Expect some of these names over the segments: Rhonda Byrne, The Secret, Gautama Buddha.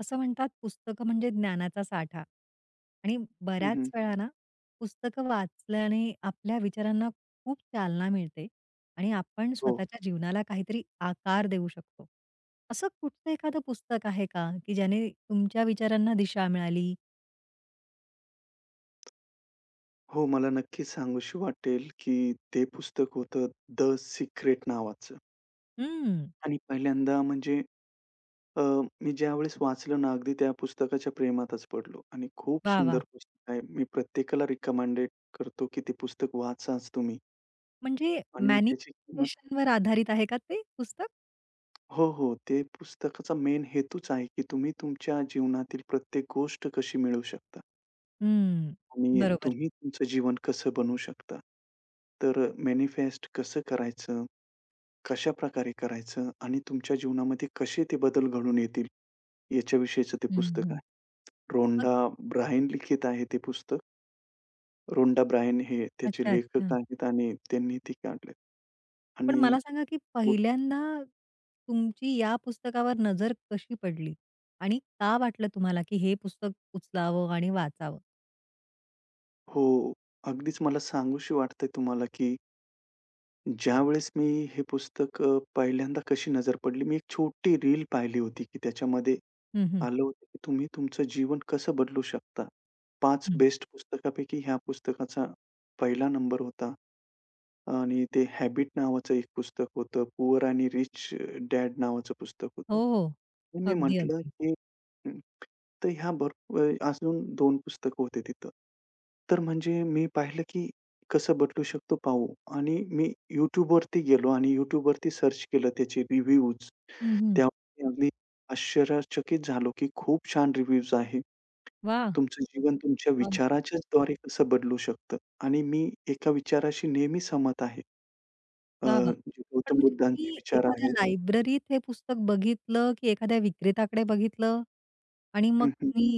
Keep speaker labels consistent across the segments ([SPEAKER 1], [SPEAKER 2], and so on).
[SPEAKER 1] असं म्हणतात पुस्तकं म्हणजे ज्ञानाचा साठा. आणि
[SPEAKER 2] हं,
[SPEAKER 1] बऱ्याच
[SPEAKER 2] हं.
[SPEAKER 1] वेळा ना, पुस्तकं वाचल्याने आपल्या विचारांना खूप चालना मिळते आणि आपण
[SPEAKER 2] हो.
[SPEAKER 1] स्वतःच्या जीवनाला काहीतरी आकार देऊ शकतो. असं कुठचं एखादं पुस्तक आहे का, की ज्याने तुमच्या विचारांना दिशा मिळाली?
[SPEAKER 2] हो, मला नक्कीच सांगूशी वाटेल, की ते पुस्तक होतं "द सिक्रेट" नावाचं.
[SPEAKER 1] हं.
[SPEAKER 2] आणि पहिल्यांदा म्हणजे अ, मी ज्यावेळेस वाचलं ना, अगदी त्या पुस्तकाच्या प्रेमातच पडलो आणि खूप
[SPEAKER 1] वाह, वाह!
[SPEAKER 2] सुंदर पुस्तक आहे. मी प्रत्येकाला रिकमेंडेड करतो, की ते पुस्तक वाचाच तुम्ही.
[SPEAKER 1] म्हणजे
[SPEAKER 2] आणि त्याची किंमत
[SPEAKER 1] मॅनिफेस्टेशनवर आधारित आहे का ते पुस्तक?
[SPEAKER 2] हो, हो. ते पुस्तकाचा मेन हेतूच आहे, की तुम्ही तुमच्या जीवनातील प्रत्येक गोष्ट कशी मिळवू शकता
[SPEAKER 1] हं.
[SPEAKER 2] आणि
[SPEAKER 1] बरोबर.
[SPEAKER 2] तुम्ही तुमचं जीवन कसं बनवू शकता. तर मॅनिफेस्ट कसं करायचं, कशाप्रकारे करायचं आणि तुमच्या जीवनामध्ये कसे ते बदल घडून येतील, याच्याविषयीचं ते
[SPEAKER 1] हं,
[SPEAKER 2] पुस्तक
[SPEAKER 1] हं.
[SPEAKER 2] आहे.
[SPEAKER 1] मग
[SPEAKER 2] रोंडा ब्रायन लिखित आहे ते पुस्तक. रोंडा ब्रायन हे त्याचे
[SPEAKER 1] अच्छा, अच्छा.
[SPEAKER 2] लेखक आहेत आणि त्यांनी ते काढलंय.
[SPEAKER 1] पण
[SPEAKER 2] आणि
[SPEAKER 1] मला सांगा, की
[SPEAKER 2] हो,
[SPEAKER 1] पहिल्यांदा तुमची या पुस्तकावर नजर कशी पडली? आणि का वाटलं तुम्हाला, की हे पुस्तक उचलावं आणि वाचावं?
[SPEAKER 2] हो, अगदीच मला सांगूशी वाटतंय तुम्हाला, की ज्यावेळेस मी हे पुस्तक पहिल्यांदा कशी नजर पडली, मी एक छोटी रील पाहिली होती, की त्याच्यामध्ये
[SPEAKER 1] हं, हं,
[SPEAKER 2] आलं होतं, की तुम्ही तुमचं जीवन कसं बदलू शकता. 5
[SPEAKER 1] हं.
[SPEAKER 2] बेस्ट पुस्तकापैकी ह्या पुस्तकाचा पहिला नंबर होता आणि ते हॅबिट नावाचं एक पुस्तक होतं. पुअर आणि रिच डॅड नावाचं पुस्तक
[SPEAKER 1] हो,
[SPEAKER 2] होतं.
[SPEAKER 1] हो.
[SPEAKER 2] तर मी
[SPEAKER 1] अगदी,
[SPEAKER 2] म्हटलं,
[SPEAKER 1] अगदी.
[SPEAKER 2] "हे". हं. तर ह्या भरपूर अजून 2 पुस्तकं होते तिथं. तर म्हणजे मी पाहिलं, की कसं बदलू शकतो पाहू. आणि मी YouTubeवरती गेलो आणि YouTubeवरती सर्च केलं त्याचे रिव्ह्यूज.
[SPEAKER 1] हं, हं.
[SPEAKER 2] त्यावरती अगदी आश्चर्यचकित झालो, की खूप छान रिव्ह्यूज आहे.
[SPEAKER 1] वाह!
[SPEAKER 2] तुमचं जीवन तुमच्या
[SPEAKER 1] अगदी.
[SPEAKER 2] विचाराच्याच द्वारे कसं बदलू शकतं. आणि मी एका विचाराशी नेहमी सहमत आहे. अ,
[SPEAKER 1] वाह, वाह!
[SPEAKER 2] जे
[SPEAKER 1] पण
[SPEAKER 2] गौतम
[SPEAKER 1] म्हणजे
[SPEAKER 2] बुद्धांचे
[SPEAKER 1] तुम्ही
[SPEAKER 2] विचार
[SPEAKER 1] एखाद्या
[SPEAKER 2] आहेत.
[SPEAKER 1] लायब्ररीत हे पुस्तक बघितलं, की एखाद्या विक्रेताकडे बघितलं आणि मग
[SPEAKER 2] हं, हं.
[SPEAKER 1] तुम्ही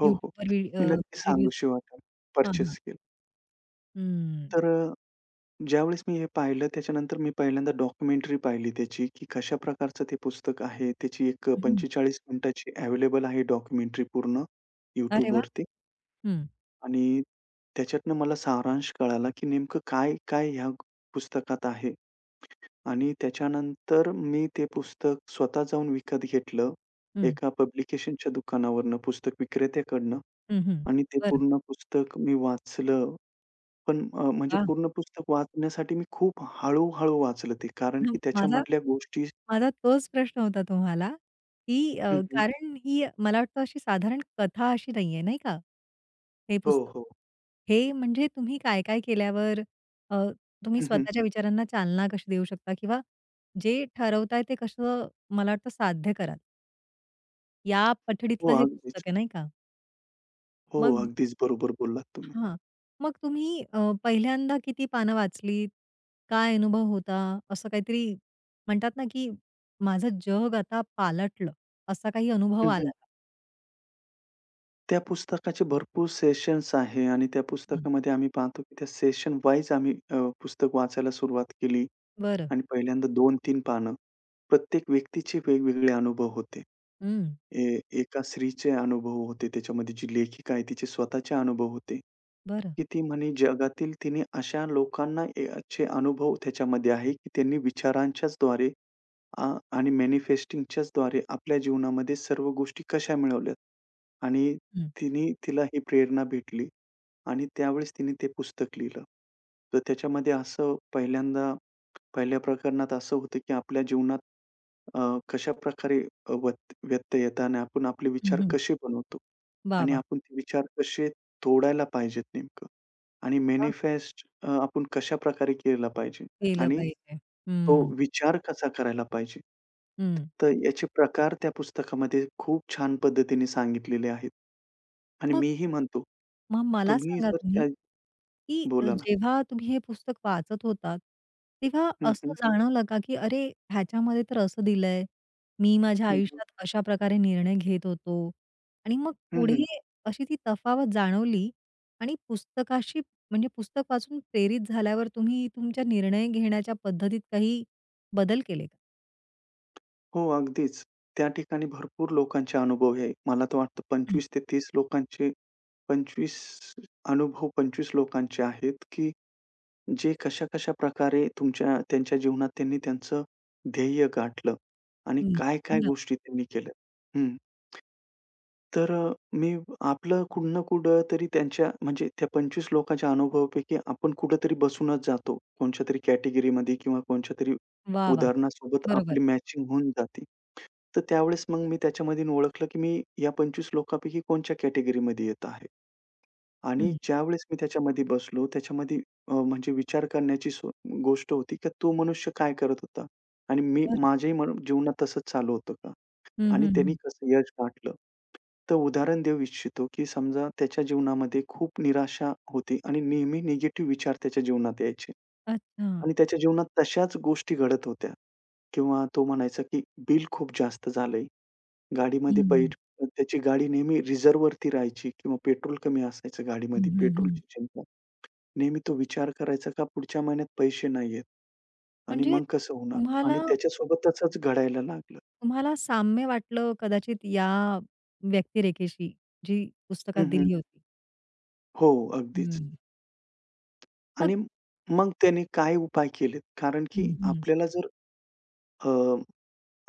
[SPEAKER 2] हो, हो.
[SPEAKER 1] YouTubeवर
[SPEAKER 2] मी नक्की
[SPEAKER 1] रिव्ह्यूज
[SPEAKER 2] सांगूशी वाटेल.
[SPEAKER 1] हां, हां.
[SPEAKER 2] पर्चेस केलं.
[SPEAKER 1] हम्म.
[SPEAKER 2] तर ज्यावेळेस मी हे पाहिलं त्याच्यानंतर मी पहिल्यांदा डॉक्युमेंटरी पाहिली त्याची, की कशा प्रकारचं ते पुस्तक आहे. त्याची एक
[SPEAKER 1] हं,
[SPEAKER 2] 45 मिनिटाची अवेलेबल आहे डॉक्युमेंटरी पूर्ण
[SPEAKER 1] अरे वाह!
[SPEAKER 2] YouTubeवरती.
[SPEAKER 1] हं,
[SPEAKER 2] आणि त्याच्यातनं मला सारांश कळाला, की नेमकं काय-काय ह्या पुस्तकात आहे. आणि त्याच्यानंतर मी ते पुस्तक स्वतः जाऊन विकत घेतलं,
[SPEAKER 1] हं,
[SPEAKER 2] एका पब्लिकेशनच्या दुकानावरनं, पुस्तक विक्रेत्याकडनं
[SPEAKER 1] हं, हं.
[SPEAKER 2] आणि ते
[SPEAKER 1] बरं.
[SPEAKER 2] पूर्ण पुस्तक मी वाचलं. पण म्हणजे
[SPEAKER 1] वाह!
[SPEAKER 2] पूर्ण पुस्तक वाचण्यासाठी मी खूप हळू-हळू वाचलं ते, कारण
[SPEAKER 1] हं,
[SPEAKER 2] की
[SPEAKER 1] माझा
[SPEAKER 2] त्याच्यामधल्या गोष्टी
[SPEAKER 1] माझा तोच प्रश्न होता तुम्हाला, की अ,
[SPEAKER 2] हं, हं.
[SPEAKER 1] कारण ही मला वाटतं अशी साधारण कथा अशी नाहीये, नाही का? हे
[SPEAKER 2] हो,
[SPEAKER 1] पुस्तक.
[SPEAKER 2] हो.
[SPEAKER 1] हे म्हणजे तुम्ही काय-काय केल्यावर अ, तुम्ही
[SPEAKER 2] हं, हं.
[SPEAKER 1] स्वतःच्या विचारांना चालना कशी देऊ शकता किंवा जे ठरवताय ते कसं मला वाटतं साध्य कराल. या
[SPEAKER 2] हो,
[SPEAKER 1] पठडीतलं हे पुस्तक
[SPEAKER 2] अगदीच.
[SPEAKER 1] आहे, नाही का?
[SPEAKER 2] हो,
[SPEAKER 1] मग
[SPEAKER 2] अगदीच बरोबर बोललात तुम्ही.
[SPEAKER 1] हां. मग तुम्ही पहिल्यांदा किती पानं वाचलीत? काय अनुभव होता? असं काहीतरी म्हणतात ना, की माझं जग आता पालटलं, असा काही अनुभव
[SPEAKER 2] हं, हं.
[SPEAKER 1] आला का?
[SPEAKER 2] त्या पुस्तकाचे भरपूर सेशन्स आहे आणि त्या
[SPEAKER 1] हं.
[SPEAKER 2] पुस्तकामध्ये आम्ही पाहतो की त्या सेशन वाईज आम्ही पुस्तक वाचायला सुरुवात केली.
[SPEAKER 1] बरं.
[SPEAKER 2] आणि पहिल्यांदा 2-3 पानं. प्रत्येक व्यक्तीचे वेगवेगळे अनुभव होते.
[SPEAKER 1] हं.
[SPEAKER 2] ए एका स्त्रीचे अनुभव होते. त्याच्यामध्ये जी लेखिका आहे तिचे स्वतःचे अनुभव होते,
[SPEAKER 1] बरं.
[SPEAKER 2] की ती म्हणे जगातील तिने अशा लोकांना ए चे अनुभव त्याच्यामध्ये आहे, की त्यांनी विचारांच्याच द्वारे आ आणि मॅनिफेस्टिंगच्याच द्वारे आपल्या जीवनामध्ये सर्व गोष्टी कशा मिळवल्यात. आणि
[SPEAKER 1] हं.
[SPEAKER 2] तिने तिला ही प्रेरणा भेटली आणि त्यावेळेस तिने ते पुस्तक लिहिलं. तर त्याच्यामध्ये असं पहिल्यांदा पहिल्या प्रकरणात असं होतं की आपल्या जीवनात अ, कशाप्रकारे अ, व्यत व्यत्यय येतात आणि आपण आपले विचार
[SPEAKER 1] हं, हं.
[SPEAKER 2] कसे बनवतो
[SPEAKER 1] वाह!
[SPEAKER 2] आणि
[SPEAKER 1] वाह!
[SPEAKER 2] आपण ते विचार कसे तोडायला पाहिजेत नेमकं आणि
[SPEAKER 1] वाह!
[SPEAKER 2] मॅनिफेस्ट आपण कशाप्रकारे केला पाहिजे
[SPEAKER 1] केलं
[SPEAKER 2] आणि
[SPEAKER 1] पाहिजे.
[SPEAKER 2] तो
[SPEAKER 1] हं.
[SPEAKER 2] विचार कसा करायला पाहिजे.
[SPEAKER 1] हं.
[SPEAKER 2] तर याचे प्रकार त्या पुस्तकामध्ये खूप छान पद्धतीने सांगितलेले आहेत आणि
[SPEAKER 1] मग
[SPEAKER 2] मीही म्हणतो,
[SPEAKER 1] मग मला
[SPEAKER 2] तुम्ही
[SPEAKER 1] सांगा
[SPEAKER 2] जर
[SPEAKER 1] तुम्ही,
[SPEAKER 2] त्या
[SPEAKER 1] की
[SPEAKER 2] बोला ना.
[SPEAKER 1] जेव्हा तुम्ही हे पुस्तक वाचत होतात, तेव्हा
[SPEAKER 2] हं,
[SPEAKER 1] असं
[SPEAKER 2] हं.
[SPEAKER 1] जाणवलं का, की अरे ह्याच्यामध्ये तर असं दिलंय, मी माझ्या
[SPEAKER 2] हं, हं.
[SPEAKER 1] आयुष्यात अशा प्रकारे निर्णय घेत होतो आणि मग
[SPEAKER 2] हं,
[SPEAKER 1] पुढे अशी ती तफावत जाणवली आणि पुस्तकाशी म्हणजे पुस्तक वाचून प्रेरित झाल्यावर तुम्ही तुमच्या निर्णय घेण्याच्या पद्धतीत काही बदल केले का?
[SPEAKER 2] हो, अगदीच. त्या ठिकाणी भरपूर लोकांचे अनुभव आहे. मला तर वाटतं
[SPEAKER 1] हं,
[SPEAKER 2] 25 ते 30 लोकांचे 25 अनुभव 25 लोकांचे आहेत, की जे कशा-कशा प्रकारे तुमच्या त्यांच्या जीवनात त्यांनी त्यांचं ध्येय गाठलं आणि
[SPEAKER 1] हं.
[SPEAKER 2] काय-काय
[SPEAKER 1] बरं.
[SPEAKER 2] गोष्टी त्यांनी केल्या. हं. तर मी आपलं कुठं ना कुठेतरी त्यांच्या म्हणजे त्या 25 लोकांच्या अनुभवापैकी आपण कुठेतरी बसूनच जातो. कोणच्यातरी कॅटेगरीमध्ये किंवा कोणच्यातरी
[SPEAKER 1] वाह! वाह!
[SPEAKER 2] उदाहरणासोबत
[SPEAKER 1] बरोबर.
[SPEAKER 2] आपली मॅचिंग होऊन जाते. तर त्यावेळेस मग मी त्याच्यामधून ओळखलं, की मी या 25 लोकांपैकी कोणच्या कॅटेगरीमध्ये येत आहे आणि
[SPEAKER 1] हं,
[SPEAKER 2] ज्यावेळेस मी त्याच्यामध्ये बसलो, त्याच्यामध्ये म्हणजे विचार करण्याची गोष्ट होती, की तो मनुष्य काय करत होता आणि मी
[SPEAKER 1] बरं.
[SPEAKER 2] माझ्याही मन जीवनात तसंच चालू होतं का?
[SPEAKER 1] हं,
[SPEAKER 2] आणि
[SPEAKER 1] हं,
[SPEAKER 2] त्यांनी
[SPEAKER 1] हं.
[SPEAKER 2] कसं यश गाठलं? तर उदाहरण देऊ इच्छितो, की समजा त्याच्या जीवनामध्ये खूप निराशा होती आणि नेहमी निगेटिव्ह विचार त्याच्या जीवनात यायचे
[SPEAKER 1] अच्छा.
[SPEAKER 2] आणि त्याच्या जीवनात तशाच गोष्टी घडत होत्या किंवा तो म्हणायचा, की बिल खूप जास्त झालंय. गाडीमध्ये पै
[SPEAKER 1] हं,
[SPEAKER 2] त्याची गाडी नेहमी रिझर्व्हवरती राहायची किंवा पेट्रोल कमी असायचं
[SPEAKER 1] हं,
[SPEAKER 2] गाडीमध्ये.
[SPEAKER 1] हं, हं.
[SPEAKER 2] पेट्रोलची चिंता. नेहमी तो विचार करायचा का पुढच्या महिन्यात पैसे नाहीयेत आणि
[SPEAKER 1] म्हणजे
[SPEAKER 2] मग कसं होणार? आणि
[SPEAKER 1] तुम्हाला
[SPEAKER 2] त्याच्यासोबत तसंच घडायला लागलं.
[SPEAKER 1] तुम्हाला साम्य वाटलं कदाचित या व्यक्तिरेखेशी, जी पुस्तकात
[SPEAKER 2] हं, हं.
[SPEAKER 1] दिली होती.
[SPEAKER 2] हो, अगदीच.
[SPEAKER 1] हं. मग
[SPEAKER 2] आणि मग त्याने काय उपाय केलेत? कारण की
[SPEAKER 1] हं, हं.
[SPEAKER 2] आपल्याला जर अ,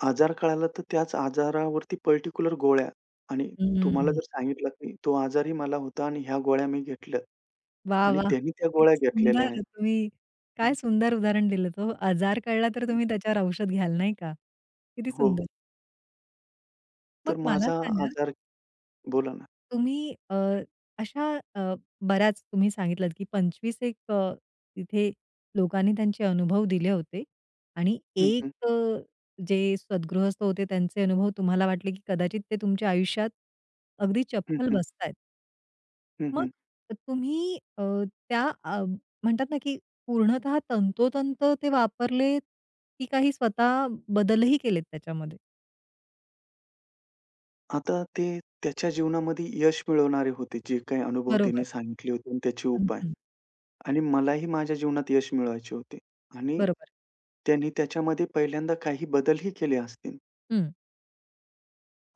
[SPEAKER 2] आजार कळाला तर त्याच आजारावरती पर्टिक्युलर गोळ्या आणि तुम्हाला
[SPEAKER 1] हं.
[SPEAKER 2] जर सांगितलं की तो आजारही मला होता आणि ह्या गोळ्या मी घेतल्या
[SPEAKER 1] वाह!
[SPEAKER 2] आणि
[SPEAKER 1] वाह!
[SPEAKER 2] त्यांनी त्या गोळ्या
[SPEAKER 1] किती
[SPEAKER 2] घेतलेल्या
[SPEAKER 1] सुंदर
[SPEAKER 2] आहेत.
[SPEAKER 1] तुम्ही काय
[SPEAKER 2] हं,
[SPEAKER 1] सुंदर उदाहरण दिलंत हो. आजार कळला तर
[SPEAKER 2] हं.
[SPEAKER 1] तुम्ही त्याच्यावर औषध घ्याल नाही का? किती
[SPEAKER 2] हो.
[SPEAKER 1] सुंदर. मग
[SPEAKER 2] तर
[SPEAKER 1] मला
[SPEAKER 2] माझा
[SPEAKER 1] सांगा
[SPEAKER 2] आजार बोला ना.
[SPEAKER 1] तुम्ही अशा अ, बऱ्याच तुम्ही सांगितलात, की 25 एक तिथे लोकांनी त्यांचे अनुभव दिले होते आणि
[SPEAKER 2] हं, हं.
[SPEAKER 1] एक अ, जे सद्गृहस्थ होते त्यांचे अनुभव तुम्हाला वाटले, की कदाचित ते तुमच्या आयुष्यात अगदी
[SPEAKER 2] हं,
[SPEAKER 1] चपखल
[SPEAKER 2] हं.
[SPEAKER 1] बसतायत.
[SPEAKER 2] हं,
[SPEAKER 1] मग
[SPEAKER 2] हं.
[SPEAKER 1] तुम्ही अ, त्या म्हणतात ना, की पूर्णतः तंतोतंत ते वापरलेत, की काही स्वतः बदलही केलेत त्याच्यामध्ये?
[SPEAKER 2] आता ते त्याच्या जीवनामध्ये यश मिळवणारे होते, जे काही अनुभव त्याने
[SPEAKER 1] बरोबर.
[SPEAKER 2] सांगितले होते आणि त्याचे
[SPEAKER 1] हं,
[SPEAKER 2] उपाय
[SPEAKER 1] हं.
[SPEAKER 2] आणि मलाही माझ्या जीवनात यश मिळवायचे होते आणि
[SPEAKER 1] बरोबर.
[SPEAKER 2] त्यांनी त्याच्यामध्ये पहिल्यांदा काही बदलही केले असतील
[SPEAKER 1] हं,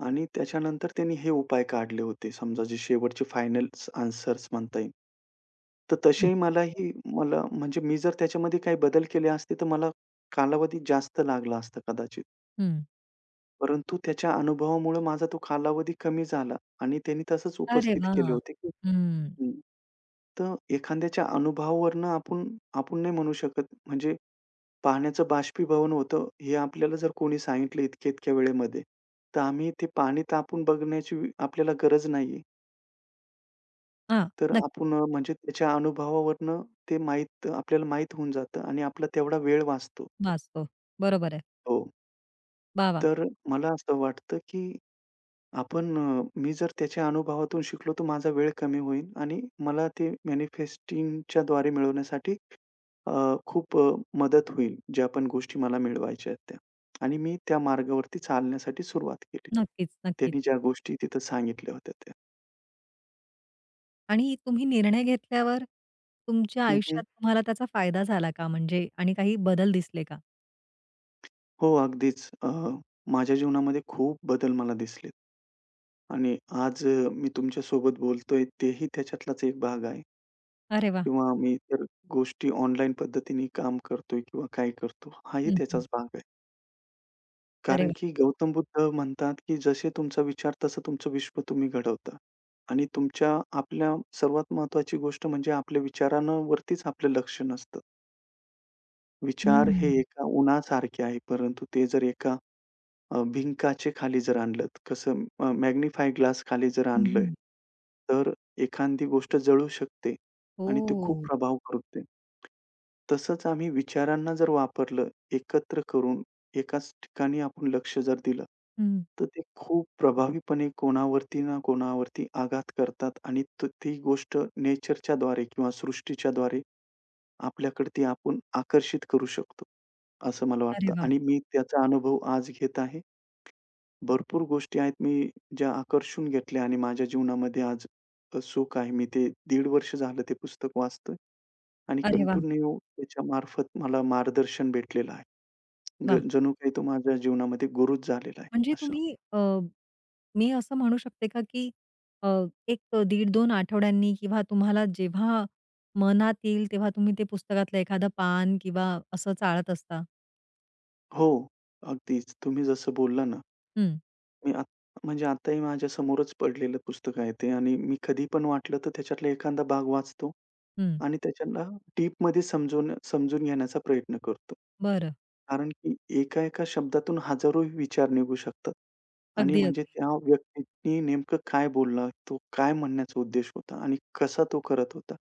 [SPEAKER 2] आणि त्याच्यानंतर त्यांनी हे उपाय काढले होते. समजा जे शेवटचे फायनल आन्सर्स म्हणता येईल. तर
[SPEAKER 1] हं,
[SPEAKER 2] तसेही मलाही मला म्हणजे मी जर त्याच्यामध्ये काही बदल केले असते, तर मला कालावधी जास्त लागला असता कदाचित.
[SPEAKER 1] हं.
[SPEAKER 2] परंतु त्याच्या अनुभवामुळं माझा तो कालावधी कमी झाला आणि त्यांनी तसंच
[SPEAKER 1] अरे
[SPEAKER 2] उपस्थित
[SPEAKER 1] वाह!
[SPEAKER 2] केले होते, की
[SPEAKER 1] हं.
[SPEAKER 2] हं, तर एखाद्याच्या अनुभवावरनं आपण आपण नाही म्हणू शकत म्हणजे पाण्याचं बाष्पीभवन होतं, हे आपल्याला जर कोणी सांगितलं इतक्या-इतक्या वेळेमध्ये, तर आम्ही ते पाणी तापून बघण्याची आपल्याला गरज नाहीये.
[SPEAKER 1] हां,
[SPEAKER 2] तर
[SPEAKER 1] नक्कीच
[SPEAKER 2] आपण म्हणजे त्याच्या अनुभवावरनं ते माहीत आपल्याला माहीत होऊन जातं आणि आपला तेवढा वेळ वाचतो.
[SPEAKER 1] वाचतो. बरोबर आहे.
[SPEAKER 2] हो,
[SPEAKER 1] वाह! वाह!
[SPEAKER 2] तर मला असं वाटतं, की आपण मी जर त्याच्या अनुभवातून शिकलो, तर माझा वेळ कमी होईल आणि मला ते मॅनिफेस्टिंगच्या द्वारे मिळवण्यासाठी अ, खूप अ, मदत होईल. ज्या पण गोष्टी मला मिळवायच्या आहेत त्या. आणि मी त्या मार्गावरती चालण्यासाठी सुरुवात केली.
[SPEAKER 1] नक्कीच, नक्कीच.
[SPEAKER 2] त्यांनी ज्या गोष्टी तिथं सांगितल्या होत्या त्या.
[SPEAKER 1] आणि तुम्ही निर्णय घेतल्यावर तुमच्या
[SPEAKER 2] हं, हं.
[SPEAKER 1] आयुष्यात तुम्हाला त्याचा फायदा झाला का? म्हणजे आणि काही बदल दिसले का?
[SPEAKER 2] हो, अगदीच. माझ्या जीवनामध्ये खूप बदल मला दिसलेत आणि आज मी तुमच्यासोबत बोलतोय तेही त्याच्यातलाच एक भाग आहे.
[SPEAKER 1] अरे वा,
[SPEAKER 2] किंवा मी इतर गोष्टी ऑनलाईन पद्धतीने काम करतोय किंवा काय करतो, हाही
[SPEAKER 1] हं, हं.
[SPEAKER 2] त्याचाच भाग आहे.
[SPEAKER 1] अरे
[SPEAKER 2] कारण
[SPEAKER 1] वा,
[SPEAKER 2] की गौतम बुद्ध म्हणतात, की "जसे तुमचा विचार तसं तुमचं विश्व तुम्ही घडवता." आणि तुमच्या आपल्या सर्वात महत्त्वाची गोष्ट म्हणजे आपल्या विचारांवरतीच आपलं लक्ष नसतं. विचार हे
[SPEAKER 1] हं,
[SPEAKER 2] एका उन्हासारखे आहे, परंतु ते जर एका भिंकाचे खाली जर आणलत, कसं मॅग्निफाय ग्लास खाली जर
[SPEAKER 1] हं,
[SPEAKER 2] आणलंय,
[SPEAKER 1] हं.
[SPEAKER 2] तर एखादी गोष्ट जळू शकते आणि ते खूप
[SPEAKER 1] हो.
[SPEAKER 2] प्रभाव करते. तसंच आम्ही विचारांना जर वापरलं, एकत्र करून एकाच ठिकाणी आपण लक्ष जर दिलं,
[SPEAKER 1] हं.
[SPEAKER 2] तर ते खूप प्रभावीपणे कोणावरती ना कोणावरती आघात करतात आणि ती गोष्ट नेचरच्याद्वारे किंवा सृष्टीच्या द्वारे आपल्याकडे ती आपण आकर्षित करू शकतो, असं मला
[SPEAKER 1] अरे
[SPEAKER 2] वाटतं
[SPEAKER 1] वा,
[SPEAKER 2] आणि मी त्याचा अनुभव आज घेत आहे. भरपूर गोष्टी आहेत मी ज्या आकर्षून घेतल्या आणि माझ्या जीवनामध्ये आज सुख आहे. मी ते 1.5 वर्ष झालं ते पुस्तक वाचतोय आणि
[SPEAKER 1] अरे वा,
[SPEAKER 2] कंटिन्यू त्याच्यामार्फत मला मार्गदर्शन भेटलेलं आहे.
[SPEAKER 1] वाह!
[SPEAKER 2] जणू काही तो माझ्या जीवनामध्ये गुरुच झालेला आहे
[SPEAKER 1] म्हणजे
[SPEAKER 2] असं.
[SPEAKER 1] तुम्ही अ, मी असं म्हणू शकते का, की अ, 1 दीड 2 आठवड्यांनी किंवा तुम्हाला जेव्हा मनात येईल, तेव्हा तुम्ही ते पुस्तकातलं एखादं पान किंवा असं चाळत असता?
[SPEAKER 2] हो, अगदीच. तुम्ही जसं बोलला ना,
[SPEAKER 1] हं,
[SPEAKER 2] मी आत म्हणजे आत्ताही माझ्यासमोरच पडलेलं पुस्तक आहे ते आणि मी कधी पण वाटलं तर त्याच्यातला एखादा भाग वाचतो.
[SPEAKER 1] हं.
[SPEAKER 2] आणि त्याच्यांना डीपमध्ये समजवून समजून समजून घेण्याचा प्रयत्न करतो.
[SPEAKER 1] बरं.
[SPEAKER 2] कारण की एका-एका शब्दातून हजारो विचार निघू शकतात आणि
[SPEAKER 1] अगदी,
[SPEAKER 2] म्हणजे
[SPEAKER 1] अगदी.
[SPEAKER 2] त्या व्यक्तीने नेमकं काय बोलला, तो काय म्हणण्याचा उद्देश होता आणि कसा तो करत होता.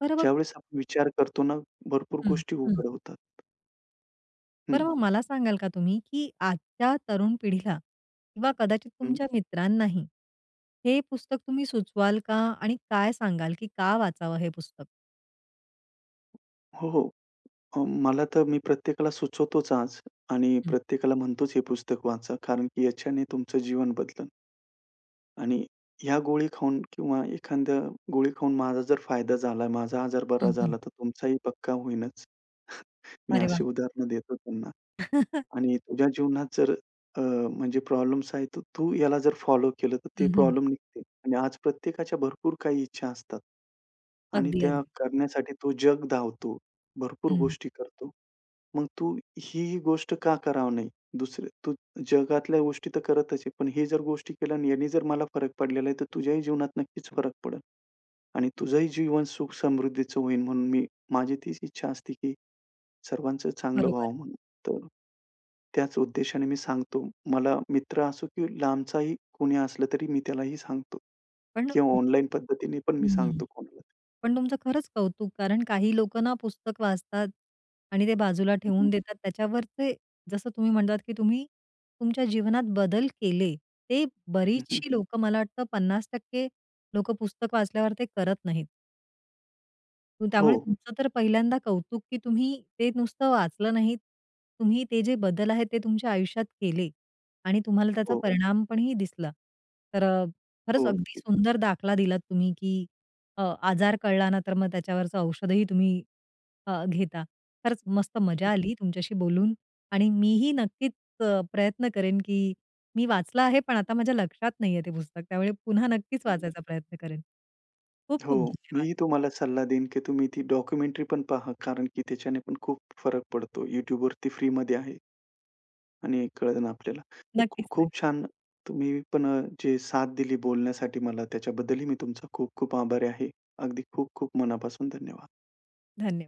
[SPEAKER 1] बरं मग
[SPEAKER 2] ज्यावेळेस आपण विचार करतो ना, भरपूर
[SPEAKER 1] हं,
[SPEAKER 2] गोष्टी
[SPEAKER 1] हं.
[SPEAKER 2] उघड होतात.
[SPEAKER 1] बरं
[SPEAKER 2] हं,
[SPEAKER 1] मग मला सांगाल का तुम्ही, की आजच्या तरुण पिढीला किंवा कदाचित
[SPEAKER 2] हं.
[SPEAKER 1] तुमच्या मित्रांनाही हे पुस्तक तुम्ही सुचवाल का? आणि काय सांगाल, की का वाचावं हे पुस्तक?
[SPEAKER 2] हो, हो. मला तर मी प्रत्येकाला सुचवतोच आज आणि
[SPEAKER 1] हं,
[SPEAKER 2] प्रत्येकाला म्हणतोच हे पुस्तक वाचा कारण की याच्याने तुमचं जीवन बदलेल. आणि ह्या गोळी खाऊन किंवा एखाद्या गोळी खाऊन माझा जर फायदा झाला, माझा आजार बरा
[SPEAKER 1] हं, हं.
[SPEAKER 2] झाला, तर तुमचाही पक्का होईलच. मी
[SPEAKER 1] अरे वाह!
[SPEAKER 2] अशी उदाहरणं देतो त्यांना. आणि तुझ्या जीवनात जर अ, म्हणजे प्रॉब्लेम्स आहेत, तर तू याला जर फॉलो केलं, तर ते
[SPEAKER 1] हं, हं.
[SPEAKER 2] प्रॉब्लेम निघतील. आणि आज प्रत्येकाच्या भरपूर काही इच्छा असतात आणि
[SPEAKER 1] अगदी,
[SPEAKER 2] त्या
[SPEAKER 1] अगदी.
[SPEAKER 2] करण्यासाठी तो जग धावतो. भरपूर
[SPEAKER 1] हं,
[SPEAKER 2] गोष्टी करतो. मग तू ही ही गोष्ट का करावं नाही? दुसरे तू जगातल्या गोष्टी तर करतच आहे, पण हे जर गोष्टी केल्या आणि याने जर मला फरक पडलेला आहे, तर तुझ्याही जीवनात नक्कीच फरक पडेल. आणि तुझंही जीवन सुख समृद्धीचं होईल म्हणून मी माझी तीच इच्छा असते, की सर्वांचं चांगलं
[SPEAKER 1] बरोबर.
[SPEAKER 2] व्हावं म्हणून. तर त्याच उद्देशाने मी सांगतो. मला मित्र असो की लांबचाही कोणी असलं तरी मी त्यालाही सांगतो
[SPEAKER 1] पण
[SPEAKER 2] किंवा ऑनलाईन पद्धतीने पण मी
[SPEAKER 1] हं.
[SPEAKER 2] सांगतो कोणाला.
[SPEAKER 1] पण तुमचं खरंच कौतुक, कारण काही लोकं ना पुस्तक वाचतात आणि ते बाजूला
[SPEAKER 2] हं, हं.
[SPEAKER 1] ठेवून देतात. त्याच्यावरचे जसं तुम्ही म्हणतात, की तुम्ही तुमच्या जीवनात बदल केले. ते
[SPEAKER 2] हं,
[SPEAKER 1] बरीचशी लोकं मला वाटतं 50% लोकं पुस्तक वाचल्यावर ते करत नाहीत.
[SPEAKER 2] हो,
[SPEAKER 1] त्यामुळे तुमचं तर पहिल्यांदा कौतुक, की तुम्ही ते नुसतं वाचलं नाहीत. तुम्ही ते जे बदल आहेत ते तुमच्या आयुष्यात केले आणि तुम्हाला त्याचा
[SPEAKER 2] हो,
[SPEAKER 1] परिणाम पणही दिसला. तर अ, खरंच
[SPEAKER 2] हो.
[SPEAKER 1] अगदी सुंदर दाखला दिलात तुम्ही, की अ, आजार कळला ना तर मग त्याच्यावरचं औषधही तुम्ही घेता. खरंच मस्त मजा आली तुमच्याशी बोलून आणि मीही नक्कीच प्रयत्न करेन, की मी वाचलं आहे पण आता माझ्या लक्षात नाहीये ते पुस्तक. त्यामुळे पुन्हा नक्कीच वाचायचा प्रयत्न करेन. खूप
[SPEAKER 2] हो.
[SPEAKER 1] खूप धन्यवाद.
[SPEAKER 2] मीही तुम्हाला सल्ला देईन की तुम्ही ती डॉक्युमेंटरी पण पहा कारण की त्याच्याने पण खूप फरक पडतो. YouTubeवरती फ्रीमध्ये आहे आणि कळेल आपल्याला. तर खूप
[SPEAKER 1] नक्कीच,
[SPEAKER 2] खूप
[SPEAKER 1] नक्कीच.
[SPEAKER 2] छान तुम्ही पण जे साथ दिली बोलण्यासाठी मला त्याच्याबद्दलही मी तुमचा खूप खूप आभारी आहे. अगदी खूप खूप मनापासून धन्यवाद.
[SPEAKER 1] धन्यवाद.